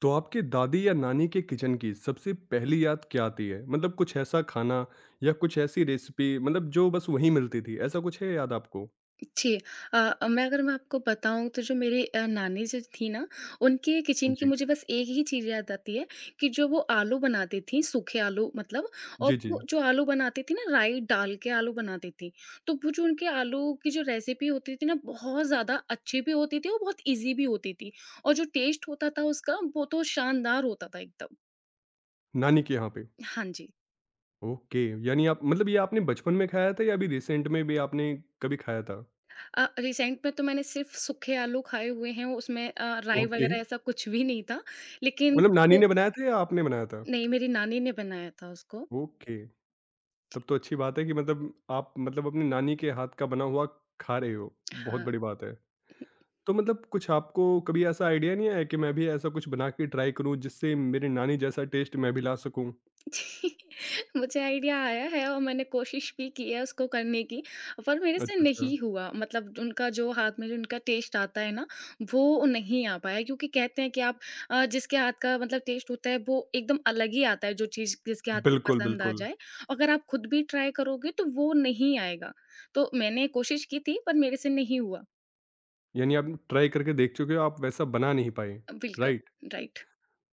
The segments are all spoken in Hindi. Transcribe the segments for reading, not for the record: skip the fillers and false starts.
तो आपके दादी या नानी के किचन की सबसे पहली याद क्या आती है? मतलब कुछ ऐसा खाना या कुछ ऐसी रेसिपी मतलब जो बस वहीं मिलती थी, ऐसा कुछ है याद आपको? जी। अ मैं अगर मैं आपको बताऊँ तो जो मेरी नानी जो थी ना, उनके किचन की जी। मुझे बस एक ही चीज़ याद आती है कि जो वो आलू बनाती थीं, सूखे आलू मतलब और जी, जी, वो जी। जो आलू बनाती थीं ना राई डाल के आलू बनाती थीं। तो वो जो उनके आलू की जो रेसिपी होती थी ना बहुत ज़्यादा अच्छी भी होती थी और बहुत ईज़ी भी होती थी और जो टेस्ट होता था उसका वो तो शानदार होता था एकदम। नानी के यहाँ पे। हाँ जी। ओके, यानी आप मतलब ये आपने बचपन में खाया था या अभी रिसेंट में भी आपने कभी खाया था? रिसेंट में तो मैंने सिर्फ़ सूखे आलू खाए हुए हैं उसमें राई ओके, वग़ैरह ऐसा कुछ भी नहीं था। लेकिन मतलब नानी वो ने बनाया था या आपने बनाया था? नहीं, मेरी नानी ने बनाया था उसको। ओके, तब तो अच्छी बात है कि मतलब आप मतलब अपनी नानी के हाथ का बना हुआ खा रहे हो, बहुत हाँ। बड़ी बात है। तो मतलब कुछ आपको कभी ऐसा आइडिया नहीं आया कि मैं भी ऐसा कुछ बना के ट्राई करूँ जिससे मेरी नानी जैसा टेस्ट मैं भी ला सकूँ? मुझे आइडिया आया है और मैंने कोशिश भी की है उसको करने की, पर मेरे से अच्छा, अच्छा। नहीं हुआ। मतलब उनका जो हाथ में जो उनका टेस्ट आता है ना, वो नहीं आ पाया क्योंकि कहते हैं कि आप जिसके हाथ का मतलब टेस्ट होता है वो एकदम अलग ही आता है, जो चीज़ जिसके हाथ की बिल्कुल, पसंद आ बिल्कुल। जाए। अगर आप खुद भी ट्राई करोगे तो वो नहीं आएगा। तो मैंने कोशिश की थी पर मेरे से नहीं हुआ। यानी आप ट्राई करके देख चुके हो, आप वैसा बना नहीं पाए, बिल्कुल, राइट? राइट।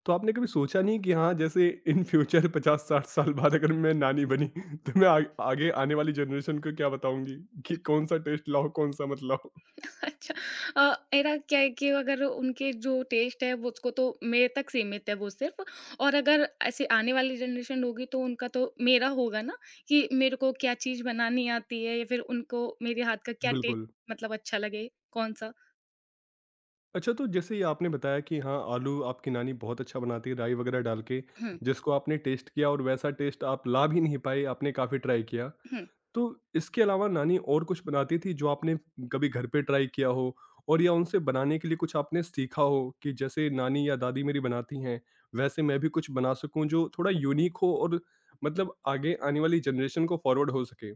तो आपने कभी सोचा नहीं कि हाँ, जैसे इन फ्यूचर 50-60 साल बाद अगर मैं नानी बनी तो मैं आ आगे आने वाली जनरेशन को क्या बताऊँगी कि कौन-सा टेस्ट लाओ, कौन-सा मत लाओ? अच्छा मेरा क्या है कि अगर उनके जो टेस्ट है वो उसको तो मेरे तक सीमित है वो सिर्फ़ और अगर ऐसे आने वाली जनरेशन होगी तो उनका तो मेरा होगा ना कि मेरे को क्या चीज़ बनानी आती है या फिर उनको मेरे हाथ का क्या टेस्ट बिल्कुल। मतलब अच्छा लगे, कौन-सा? अच्छा, तो जैसे ये आपने बताया कि हाँ, आलू आपकी नानी बहुत अच्छा बनाती है राई वगैरह डाल के, हुँ, जिसको आपने टेस्ट किया और वैसा टेस्ट आप ला भी नहीं पाए, आपने काफ़ी ट्राई किया। हुँ। तो इसके अलावा नानी और कुछ बनाती थी जो आपने कभी घर पे ट्राई किया हो और या उनसे बनाने के लिए कुछ आपने सीखा हो कि जैसे नानी या दादी मेरी बनाती हैं, वैसे मैं भी कुछ बना सकूँ जो थोड़ा यूनिक हो और मतलब आगे आने वाली जनरेशन को फॉरवर्ड हो सके?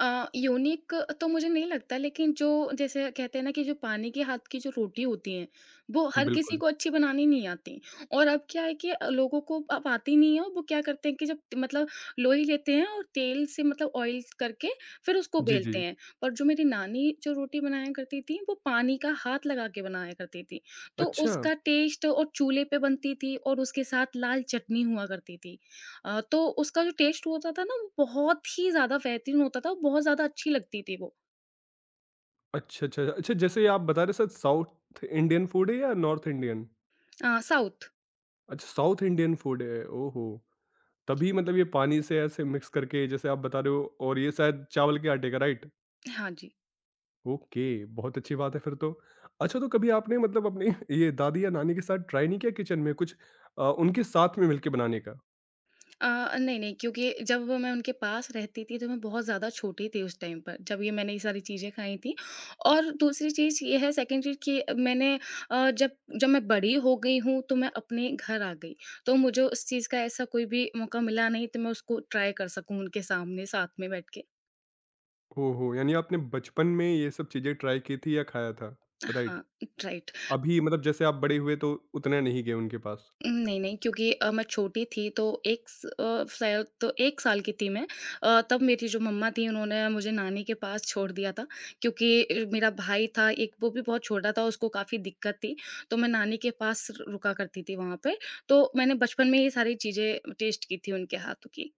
अ, यूनिक तो मुझे नहीं लगता लेकिन जो जैसे कहते हैं ना कि जो पानी के हाथ की जो रोटी होती है, वो हर किसी बिल्कुल। को अच्छी बनानी नहीं आती। और अब क्या है कि लोगों को अब आती नहीं है और वो क्या करते हैं कि जब मतलब लोई लेते हैं और तेल से मतलब ऑयल करके फिर उसको जी, बेलते जी। हैं। पर जो मेरी नानी जो रोटी बनाया करती थी, वो पानी का हाथ लगा के बनाया करती थी। तो अच्छा। उसका टेस्ट और चूल्हे पे बनती थी और उसके साथ लाल चटनी हुआ करती थी। तो उसका जो टेस्ट होता था ना वो बहुत ही ज़्यादा बेहतरीन होता था और बहुत ज़्यादा अच्छी लगती थी वो। अच्छा, अच्छा, अच्छा अच्छा, जैसे ये आप बता रहे सर साउथ इंडियन फूड है या नॉर्थ इंडियन? साउथ। अच्छा साउथ इंडियन फूड है, ओहो! तभी मतलब ये पानी से ऐसे मिक्स करके जैसे आप बता रहे हो और ये शायद चावल के आटे का राइट? हाँ जी। ओके, बहुत अच्छी बात है फिर तो। अच्छा तो कभी आपने मतलब अपनी ये दादी या नानी के साथ ट्राई नहीं किया किचन में कुछ उनके साथ में मिलके बनाने का? अ, नहीं, नहीं क्योंकि जब मैं उनके पास रहती थी तो मैं बहुत ज़्यादा छोटी थी उस टाइम पर जब ये मैंने ये सारी चीज़ें खाई थी। और दूसरी चीज़ ये है सेकंड चीज़ कि मैंने अ, जब जब मैं बड़ी हो गई हूँ तो मैं अपने घर आ गई। तो मुझे उस चीज़ का ऐसा कोई भी मौका मिला नहीं तो मैं उसको ट्राई कर सकूँ उनके सामने साथ में बैठ के। ओहो! यानी आपने बचपन में ये सब चीज़ें ट्राई की थी या खाया था? हाँ, राइट। राइट। अभी मतलब जैसे आप बड़े हुए तो उतने नहीं गए उनके पास, नहीं, नहीं क्योंकि मैं छोटी थी तो शायद तो 1 साल की थी मैं। तब मेरी जो मम्मा थी उन्होंने मुझे नानी के पास छोड़ दिया था क्योंकि मेरा भाई था एक वो भी बहुत छोटा था, उसको काफ़ी दिक्कत थी, तो मैं नानी के पास र रुका करती थी वहाँ पे। तो मैंने बचपन में ये सारी चीज़ें टेस्ट की थी उनके हाथों की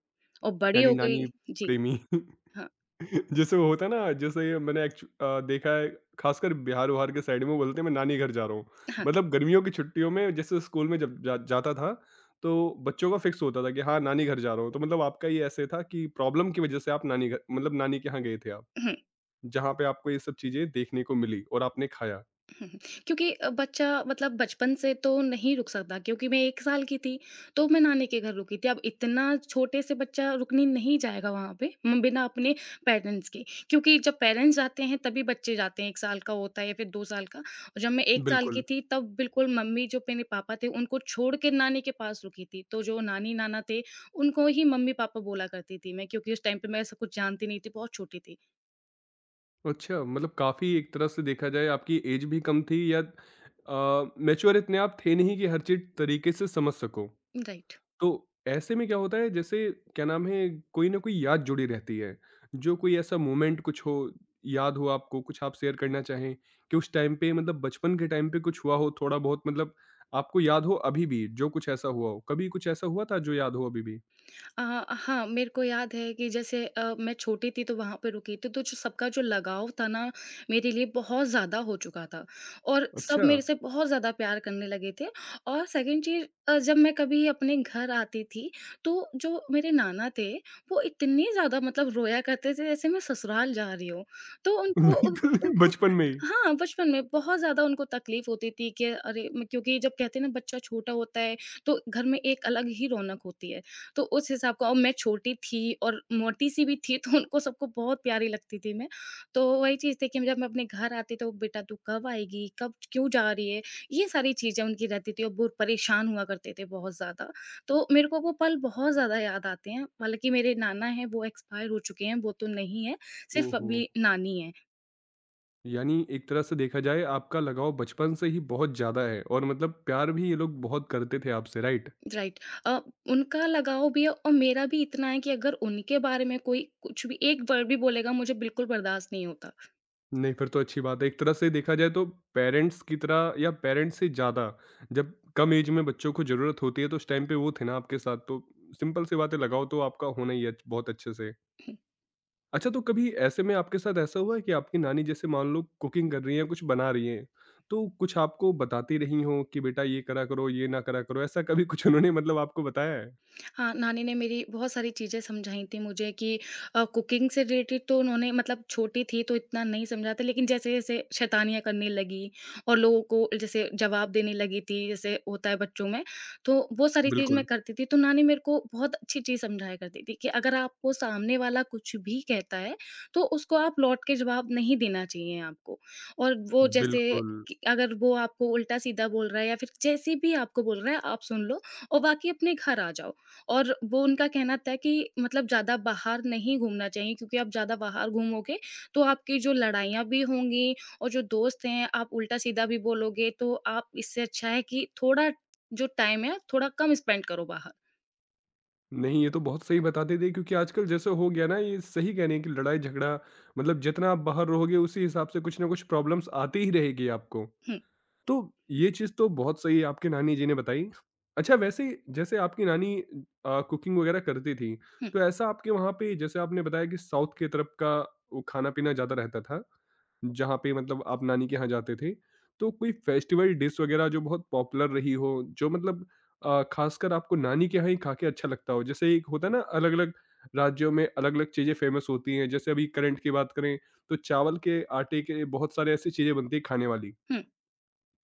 और बड़ी यानी हो गई नानी जी। प्रेमी। हाँ, जैसे वो होता है ना जैसे ये मैंने देखा है खासकर बिहार उहार के साइड में वो बोलते हैं मैं नानी घर जा रहा हूँ हाँ। मतलब गर्मियों की छुट्टियों में जैसे स्कूल में जब जाता था तो बच्चों का फिक्स होता था कि हाँ नानी घर जा रहा हूँ तो मतलब आपका ये ऐसे था कि प्रॉब्लम की वजह से आप नानी घर मतलब नानी के यहाँ गए थे आप हुँ। जहाँ पे आपको ये सब चीजें देखने को मिली और आपने खाया। हम्म, क्योंकि बच्चा मतलब बचपन से तो नहीं रुक सकता क्योंकि मैं 1 साल की थी, तो मैं नानी के घर रुकी थी। अब इतना छोटे से बच्चा रुकने नहीं जाएगा वहाँ पे म बिना अपने पेरेंट्स के। क्योंकि जब पेरेंट्स जाते हैं तभी बच्चे जाते हैं, 1 साल का होता है या फिर 2 साल का। और जब मैं 1 साल की बिल्कुल। थी तब बिल्कुल मम्मी जो मेरे पापा थे उनको छोड़ के नानी के पास रुकी थी। तो जो नानी-नाना थे उनको ही मम्मी-पापा बोला करती थी मैं क्योंकि उस टाइम पे मैं ऐसा कुछ जानती नहीं थी, बहुत छोटी थी। अच्छा मतलब काफी एक तरह से देखा जाए आपकी एज भी कम थी या मैच्योर इतने आप थे नहीं कि हर चीज तरीके से समझ सको। राइट। तो ऐसे में क्या होता है जैसे क्या नाम है कोई ना कोई याद जुड़ी रहती है जो कोई ऐसा मोमेंट कुछ हो याद हो आपको कुछ आप शेयर करना चाहें कि उस टाइम पे मतलब बचपन के टाइम पे कुछ हुआ हो थोड़ा बहुत मतलब आपको याद हो अभी भी जो कुछ ऐसा हुआ हो कभी कुछ ऐसा हुआ था जो याद हो अभी भी? अ, हाँ, मेरे को याद है कि जैसे मैं छोटी थी तो वहाँ पे रुकी थी, तो जो सबका जो लगाव था ना, मेरे लिए बहुत ज़्यादा हो चुका था और सब अच्छा। मेरे से बहुत ज़्यादा प्यार करने लगे थे। और सेकंड चीज़ जब मैं कभी अपने घर आती थी, तो जो मेरे नाना थे, वो इतने ज़्यादा मतलब रोया करते थे जैसे मैं ससुराल जा रही हूँ। तो उनको उ बिल्कुल उप बचपन में ही। हाँ, बचपन में बहुत ज़्यादा उनको तकलीफ़ होती थी कि अरे म क्योंकि जब कहते हैं ना बच्चा छोटा होता है, तो घर में एक अलग ही रौनक होती है। तो उस हिसाब का और मैं छोटी थी और मोटी-सी भी थी तो उनको सबको बहुत प्यारी लगती थी मैं। तो वही चीज़ थी कि जब मैं अपने घर आती तो बेटा तू कब आएगी? कब क्यों जा रही है? ये सारी चीज़ें उनकी रहती थी और वो परेशान हुआ करते थे बहुत ज़्यादा। तो मेरे को वो पल बहुत ज़्यादा याद आते हैं। हालाँकि मेरे नाना हैं वो एक्सपायर हो चुके हैं, वो तो नहीं है, सिर्फ़ ओहो! अभी नानी है। यानी एक तरह से देखा जाए आपका लगाव बचपन से ही बहुत ज्यादा है और मतलब प्यार भी ये लोग बहुत करते थे आपसे राइट? राइट। अ, उनका लगाव भी है और मेरा भी इतना है कि अगर उनके बारे में कोई कुछ भी एक वर्ड भी बोलेगा मुझे बिल्कुल बर्दाश्त नहीं होता। नहीं, फिर तो अच्छी बात है। एक तरह से देखा जाए तो पेरेंट्स की तरह या पेरेंट्स से ज़्यादा जब कम ऐज में बच्चों को ज़रूरत होती है तो उस टाइम पे वो थे ना आपके साथ तो सिंपल सी बात है लगाव तो आपका होना ही है बहुत अच्छे से। अच्छा तो कभी ऐसे में आपके साथ ऐसा हुआ है कि आपकी नानी जैसे मान लो कुकिंग कर रही हैं, कुछ बना रही हैं, तो कुछ आपको बताती रही हों कि बेटा ये करा करो, ये ना करा करो, ऐसा कभी कुछ उन्होंने मतलब आपको बताया है? हाँ, नानी ने मेरी बहुत सारी चीज़ें समझाई थी मुझे कि कुकिंग से रिलेटेड तो उन्होंने मतलब छोटी थी तो इतना नहीं समझा था लेकिन जैसे-जैसे शैतानियाँ करने लगी और लोगों को जैसे जवाब देने लगी थी, जैसे होता है बच्चों में, तो वो सारी चीज़ मैं बिल्कुल, करती थी। तो नानी मेरे को बहुत अच्छी चीज़ समझाया करती थी कि अगर आपको सामने वाला कुछ भी कहता है, तो उसको आप लौट के जवाब नहीं देना चाहिए आपको। और वो जैसे बिल्कुल। कि अगर वो आपको उल्टा-सीधा बोल रहा है या फिर जैसे भी आपको बोल रहा है, आप सुन लो और बाकी अपने घर आ जाओ। और वो उनका कहना था कि मतलब ज़्यादा बाहर नहीं घूमना चाहिए क्योंकि आप ज़्यादा बाहर घूमोगे तो आपकी जो लड़ाइयाँ भी होंगी और जो दोस्त हैं आप उल्टा-सीधा भी बोलोगे तो आप इससे अच्छा है कि थोड़ा जो टाइम है थोड़ा कम स्पेंड करो बाहर। नहीं, ये तो बहुत सही बताते थे क्योंकि आजकल जैसे हो गया ना ये सही कह रहे हैं कि लड़ाई झगड़ा मतलब जितना आप बाहर रहोगे उसी हिसाब से कुछ ना कुछ प्रॉब्लम्स आती ही रहेगी आपको। हुँ, तो ये चीज़ तो बहुत सही आपकी नानी जी ने बताई। अच्छा वैसे जैसे आपकी नानी कुकिंग वगैरह करती थी, हुँ, तो ऐसा आपके वहाँ पे जैसे आपने बताया कि साउथ की तरफ का वो खाना-पीना ज़्यादा रहता था। जहाँ पे मतलब आप नानी के यहाँ जाते थे, तो कोई फेस्टिवल डिश वगैरह जो बहुत पॉपुलर रही हो, जो मतलब खासकर आपको नानी के यहाँ ही खा के अच्छा लगता हो? जैसे एक होता है ना अलग-अलग राज्यों में अलग-अलग चीज़ें फेमस होती हैं, जैसे अभी करंट की बात करें तो चावल के आटे के बहुत सारे ऐसी चीज़ें बनती हैं खाने वाली। हुँ।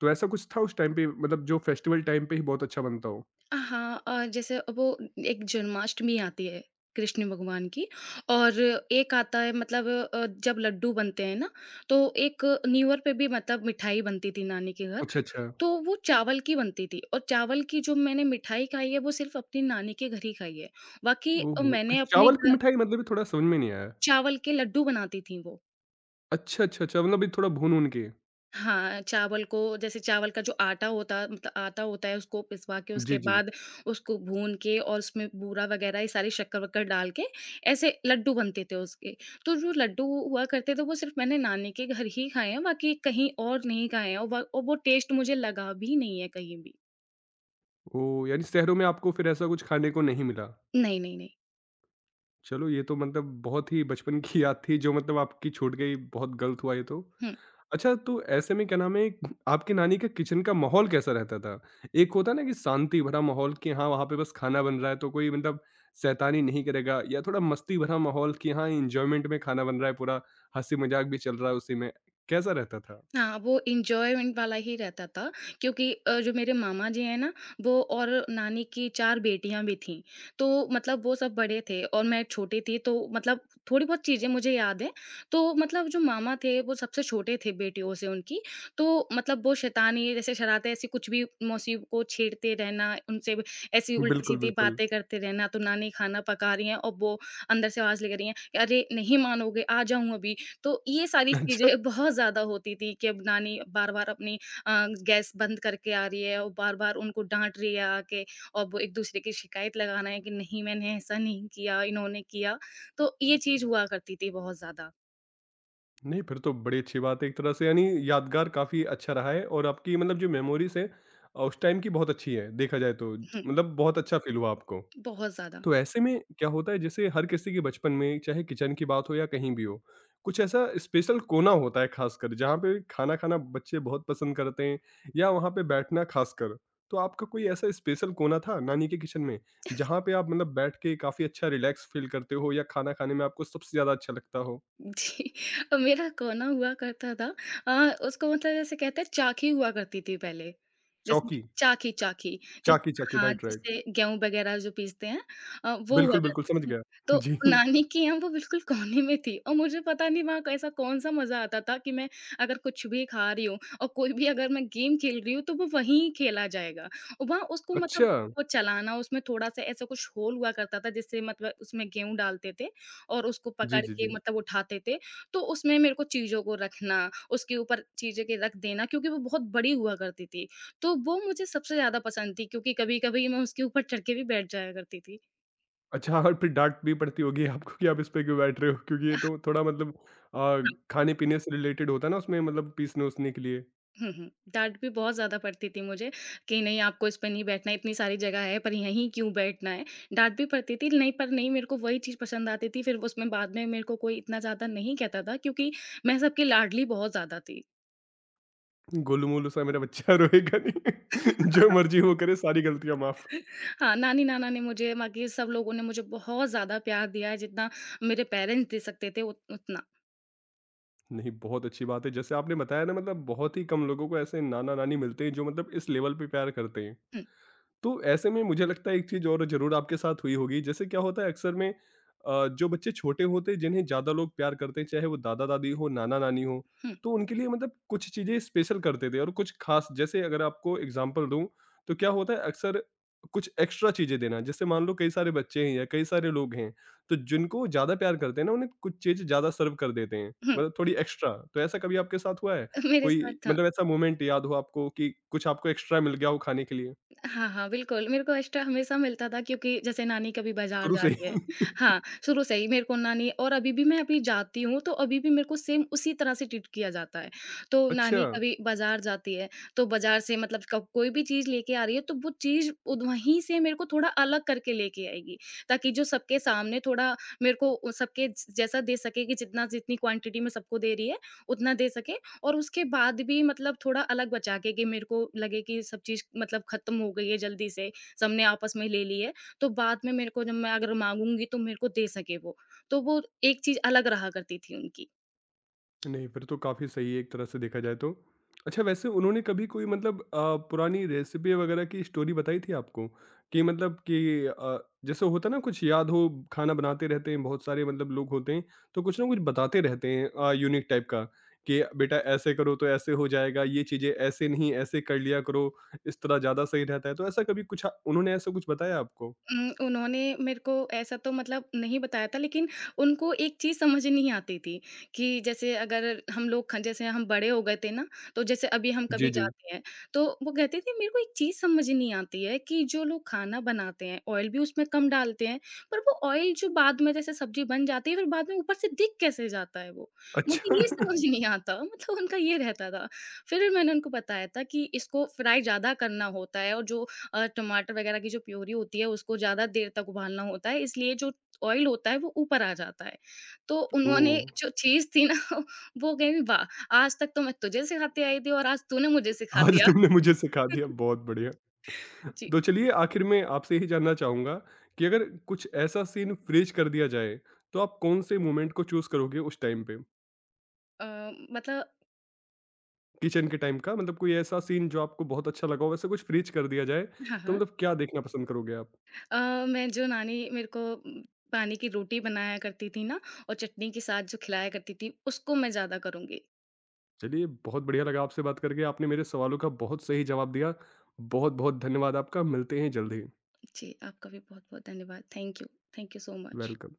तो ऐसा कुछ था उस टाइम पे मतलब जो फेस्टिवल टाइम पे ही बहुत अच्छा बनता हो? हाँ, जैसे वो एक जन्माष्टमी आती है कृष्ण भगवान की और एक आता है मतलब जब लड्डू बनते हैं ना, तो एक न्यू ईयर पे भी मतलब मिठाई बनती थी नानी के घर। अच्छा, अच्छा। तो वो चावल की बनती थी और चावल की जो मैंने मिठाई खाई है, वो सिर्फ़ अपनी नानी के घर ही खाई है। बाकी अ, ओह! मैंने अपने चावल की घर मिठाई मतलब ये थोड़ा समझ में नहीं आया। चावल के लड्डू बनाती थीं वो। अच्छा, अच्छा, अच्छा मतलब ये थोड़ा भून-वून के। हाँ, चावल को जैसे चावल का जो आटा होता मतलब आटा होता है उसको पिसवा के उसके जी, जी। बाद उसको भून के और उसमें बूरा वग़ैरह ये सारी शक्कर-वक्कर डाल के ऐसे लड्डू बनते थे उसके। तो जो लड्डू हुआ करते थे वो सिर्फ़ मैंने नानी के घर ही खाए हैं, बाकी कहीं और नहीं खाए हैं और व और वो टेस्ट मुझे लगा भी नहीं है कहीं भी। ओह! यानी शहरों में आपको फिर ऐसा कुछ खाने को नहीं मिला। नहीं, नहीं, नहीं। चलो ये तो मतलब बहुत ही बचपन की याद थी जो मतलब आपकी छूट गई, बहुत गलत हुआ ये तो। हुँ। अच्छा तो ऐसे में क्या नाम है आपकी नानी का किचन का माहौल कैसा रहता था? एक होता है ना कि शांति भरा माहौल कि हाँ, वहाँ पे बस खाना बन रहा है तो कोई मतलब शैतानी नहीं करेगा या थोड़ा मस्ती भरा माहौल कि हाँ, एन्जॉयमेंट में खाना बन रहा है पूरा, हँसी-मज़ाक भी चल रहा है उसी में, कैसा रहता था? हाँ, वो एन्जॉयमेंट वाला ही रहता था क्योंकि जो मेरे मामा जी हैं ना, वो और नानी की 4 बेटियाँ भी थीं। तो मतलब वो सब बड़े थे और मैं छोटी थी तो मतलब थोड़ी बहुत चीज़ें मुझे याद हैं। तो मतलब जो मामा थे वो सबसे छोटे थे बेटियों से उनकी। तो मतलब वो शैतानी जैसे शरारतें ऐसी कुछ भी मौसी को छेड़ते रहना, उनसे भी ऐसी बिल्कुल, उल्टी-सीधी बिल्कुल। बातें करते रहना। तो नानी खाना पका रही हैं और वो अंदर से आवाज़ ले रही हैं कि, "अरे! नहीं मानोगे, आ जाऊँ अभी।" तो ये सारी अच्छा। चीज़ें बहुत ज़्यादा होती थी कि अब नानी बार-बार अपनी अ, गैस बंद करके आ रही है और बार-बार उनको डाँट रही है आके और वो एक-दूसरे की शिकायत लगाना है कि नहीं मैंने ऐसा नहीं किया, इन्होंने किया। तो ये चीज़ हुआ करती थी बहुत ज़्यादा। नहीं, फिर तो बड़ी अच्छी बात है एक तरह से यानी यादगार काफ़ी अच्छा रहा है और आपकी मतलब जो मेमोरीज़ है उस टाइम की बहुत अच्छी है, देखा जाए तो। हुँ, मतलब बहुत अच्छा फ़ील हुआ आपको। बहुत ज़्यादा। तो ऐसे में क्या होता है जैसे हर किसी के बचपन में चाहे किचन की बात हो या कहीं भी हो, कुछ ऐसा स्पेशल कोना होता है ख़ासकर जहाँ पे खाना खाना बच्चे बहुत पसंद करते हैं या वहाँ पे बैठना ख़ासकर। तो आपका कोई ऐसा स्पेशल कोना था नानी के किचन में, जहाँ पे आप मतलब बैठ के काफ़ी अच्छा रिलैक्स फ़ील करते हो या खाना खाने में आपको सबसे ज़्यादा अच्छा लगता हो? जी। मेरा कोना हुआ करता था। उसको मतलब जैसे कहते हैं चाकी हुआ करती थी पहले, जैसे चौकी। चाकी चाकी जैसे चाकी-चाकी, हाँ, राइट, राइट। जैसे गेहूँ वगैरह जो पीसते हैं वो हुआ बिल्कुल, बिल्कुल, करती समझ थी। गया। तो जी। नानी के यहाँ वो बिल्कुल कोने में थी और मुझे पता नहीं वहाँ कैसा कौन-सा मज़ा आता था कि मैं अगर कुछ भी खा रही हूँ और कोई भी अगर मैं गेम खेल रही हूँ तो वो वहीं खेला जाएगा। और वहाँ उसको मतलब अच्छा! वो चलाना उसमें थोड़ा-सा ऐसा कुछ होल हुआ करता था जिससे मतलब उसमें गेहूँ डालते थे। और उसको पकड़ जी, जी, के जी। मतलब उठाते थे, तो उसमें मेरे को चीज़ों को रखना, उसके ऊपर चीज़ें के रख देना क्योंकि वो बहुत बड़ी हुआ करती थी, तो वो मुझे सबसे ज़्यादा पसंद थी क्योंकि कभी-कभी मैं उसके ऊपर चढ़ के भी बैठ जाया करती थी। अच्छा और फिर डाँट भी पड़ती होगी आपको कि आप इस पे क्यों बैठ रहे हो? क्योंकि ये तो थोड़ा मतलब हाँ। अ, खाने-पीने से रिलेटेड होता है ना उसमें मतलब पीसने-ऊसने के लिए। हुँ, हुँ। डाँट भी बहुत ज़्यादा पड़ती थी मुझे कि नहीं आपको इस पे नहीं बैठना है, इतनी सारी जगह है पर यहीं क्यों बैठना है? डाँट भी पड़ती थी नहीं पर नहीं मेरे को वही चीज़ पसंद आती थी फिर उसमें बाद में मेरे को कोई इतना ज़्यादा नहीं कहता था क्योंकि मैं सबकी लाडली बहुत ज़्यादा थी। गोलू-मोलू सा मेरा बच्चा रोएगा नहीं, जो मर्ज़ी वो करे सारी गलतियाँ माफ़। हाँ, नानी-नाना ने मुझे, बाकी सब लोगों ने मुझे बहुत ज़्यादा प्यार दिया है, जितना मेरे पेरेंट्स दे सकते थे उत उतना। नहीं, बहुत अच्छी बात है। जैसे आपने बताया ना मतलब बहुत ही कम लोगों को ऐसे नाना-नानी मिलते हैं जो मतलब इस लेवल पे प्यार करते हैं। हुँ, तो ऐसे में मुझे लगता है एक चीज़ और ज़रूर आपके साथ हुई होगी, जैसे क्या होता है अक्सर में जो बच्चे छोटे होते हैं जिन्हें ज़्यादा लोग प्यार करते हैं, चाहे वो दादा-दादी हो, नाना-नानी हो, हुँ, तो उनके लिए मतलब कुछ चीज़ें स्पेशल करते थे और कुछ खास जैसे अगर आपको एग्ज़ाम्पल दूँ, तो क्या होता है अक्सर कुछ एक्स्ट्रा चीज़ें देना, जैसे मान लो कई सारे बच्चे हैं या कई सारे लोग हैं, तो जिनको ज़्यादा प्यार करते हैं ना उन्हें कुछ चीज़ ज़्यादा सर्व कर देते हैं, हुँ। मतलब थोड़ी एक्स्ट्रा। तो ऐसा कभी आपके साथ हुआ है? मेरे साथ कोई था। मतलब ऐसा मोमेंट याद हो आपको कि कुछ आपको एक्स्ट्रा मिल गया हो खाने के लिए? हाँ, हाँ, बिल्कुल, मेरे को एक्स्ट्रा हमेशा मिलता था क्योंकि जैसे नानी कभी बाज़ार शुरू से जाती है। ही? हाँ, शुरू से ही मेरे को नानी और अभी भी मैं अभी जाती हूँ, तो अभी भी मेरे को सेम उसी तरह से ट्रीट किया जाता है। तो अच्छा, नानी कभी बाज़ार जाती है, तो बाज़ार से मतलब क कोई भी चीज़ लेके आ रही है, तो वो चीज़ उद वहीं से मेरे को थोड़ा अलग करके लेके आएगी, ताकि जो सबके सामने थोड़ा मेरे को उ- सबके ज जैसा दे सके कि जितना जितनी क्वांटिटी में सबको दे रही है, उतना दे सके और उसके बाद भी मतलब थोड़ा अलग बचा के कि मेरे को लगे कि सब चीज़ मतलब ख़त्म हो गई है जल्दी से, सबने आपस में ले ली है, तो बाद में मेरे को जब मैं अगर माँगूँगी तो मेरे को दे सके वो। तो वो एक चीज़ अलग रहा करती थी उनकी। नहीं फिर तो काफ़ी सही है एक तरह से देखा जाए तो। अच्छा वैसे उन्होंने कभी कोई मतलब पुरानी रेसिपी वगैरह की स्टोरी बताई थी आपको? कि मतलब कि अ, जैसे होता है ना कुछ याद हो खाना बनाते रहते हैं, बहुत सारे मतलब लोग होते हैं, तो कुछ ना कुछ बताते रहते हैं यूनिक टाइप का कि बेटा ऐसे करो तो ऐसे हो जाएगा, ये चीज़ें ऐसे नहीं ऐसे कर लिया करो, इस तरह ज़्यादा सही रहता है। तो ऐसा कभी कुछ उन्होंने ऐसा कुछ बताया आपको? उन्होंने मेरे को ऐसा तो मतलब नहीं बताया था लेकिन उनको एक चीज़ समझ नहीं आती थी कि जैसे अगर हम लोग ख जैसे हम बड़े हो गए थे ना, तो जैसे अभी हम कभी जी, जी। जाते हैं, तो वो कहते थे मेरे को एक चीज़ समझ नहीं आती है कि जो लोग खाना बनाते हैं, ऑयल भी उसमें कम डालते हैं, पर वो ऑयल जो बाद में जैसे सब्ज़ी बन जाती है फिर बाद में ऊपर से दिख कैसे जाता है वो? मुझे अच्छा। ये समझ नहीं आता मतलब उनका ये रहता था। फिर मैंने उनको बताया था कि इसको फ्राई ज़्यादा करना होता है और जो टमाटर वगैरह की जो प्यूरी होती है उसको ज़्यादा देर तक उबालना होता है इसलिए जो ऑयल होता है वो ऊपर आ जाता है। तो उन्होंने ओह! ओह! जो चीज़ थी ना वो कहीं वाह! आज तक तो मैं तुझे सिखाती आई थी और आज तूने मुझे सिखा आज दिया। तुमने मुझे सिखा दिया बहुत बढ़िया। जी। तो चलिए आखिर में आपसे ही जानना चाहूँगा कि अगर कुछ ऐसा सीन फ्रीज कर दिया जाए, तो आप कौन से मोमेंट को चूज़ करोगे उस टाइम पे? अ, मतलब किचन के टाइम का मतलब कोई ऐसा सीन जो आपको बहुत अच्छा लगा हो वैसे कुछ फ्रीज कर दिया जाए, हाँ, तो हाँ। मतलब क्या देखना पसंद करोगे आप? मैं जो नानी मेरे को पानी की रोटी बनाया करती थी ना और चटनी के साथ जो खिलाया करती थी उसको मैं ज़्यादा करूँगी। चलिए बहुत बढ़िया लगा आपसे बात करके, आपने मेरे सवालों का बहुत सही जवाब दिया। बहुत-बहुत धन्यवाद आपका, मिलते हैं जल्द ही। जी, आपका भी बहुत-बहुत धन्यवाद। Thank you. Thank you so much. Welcome.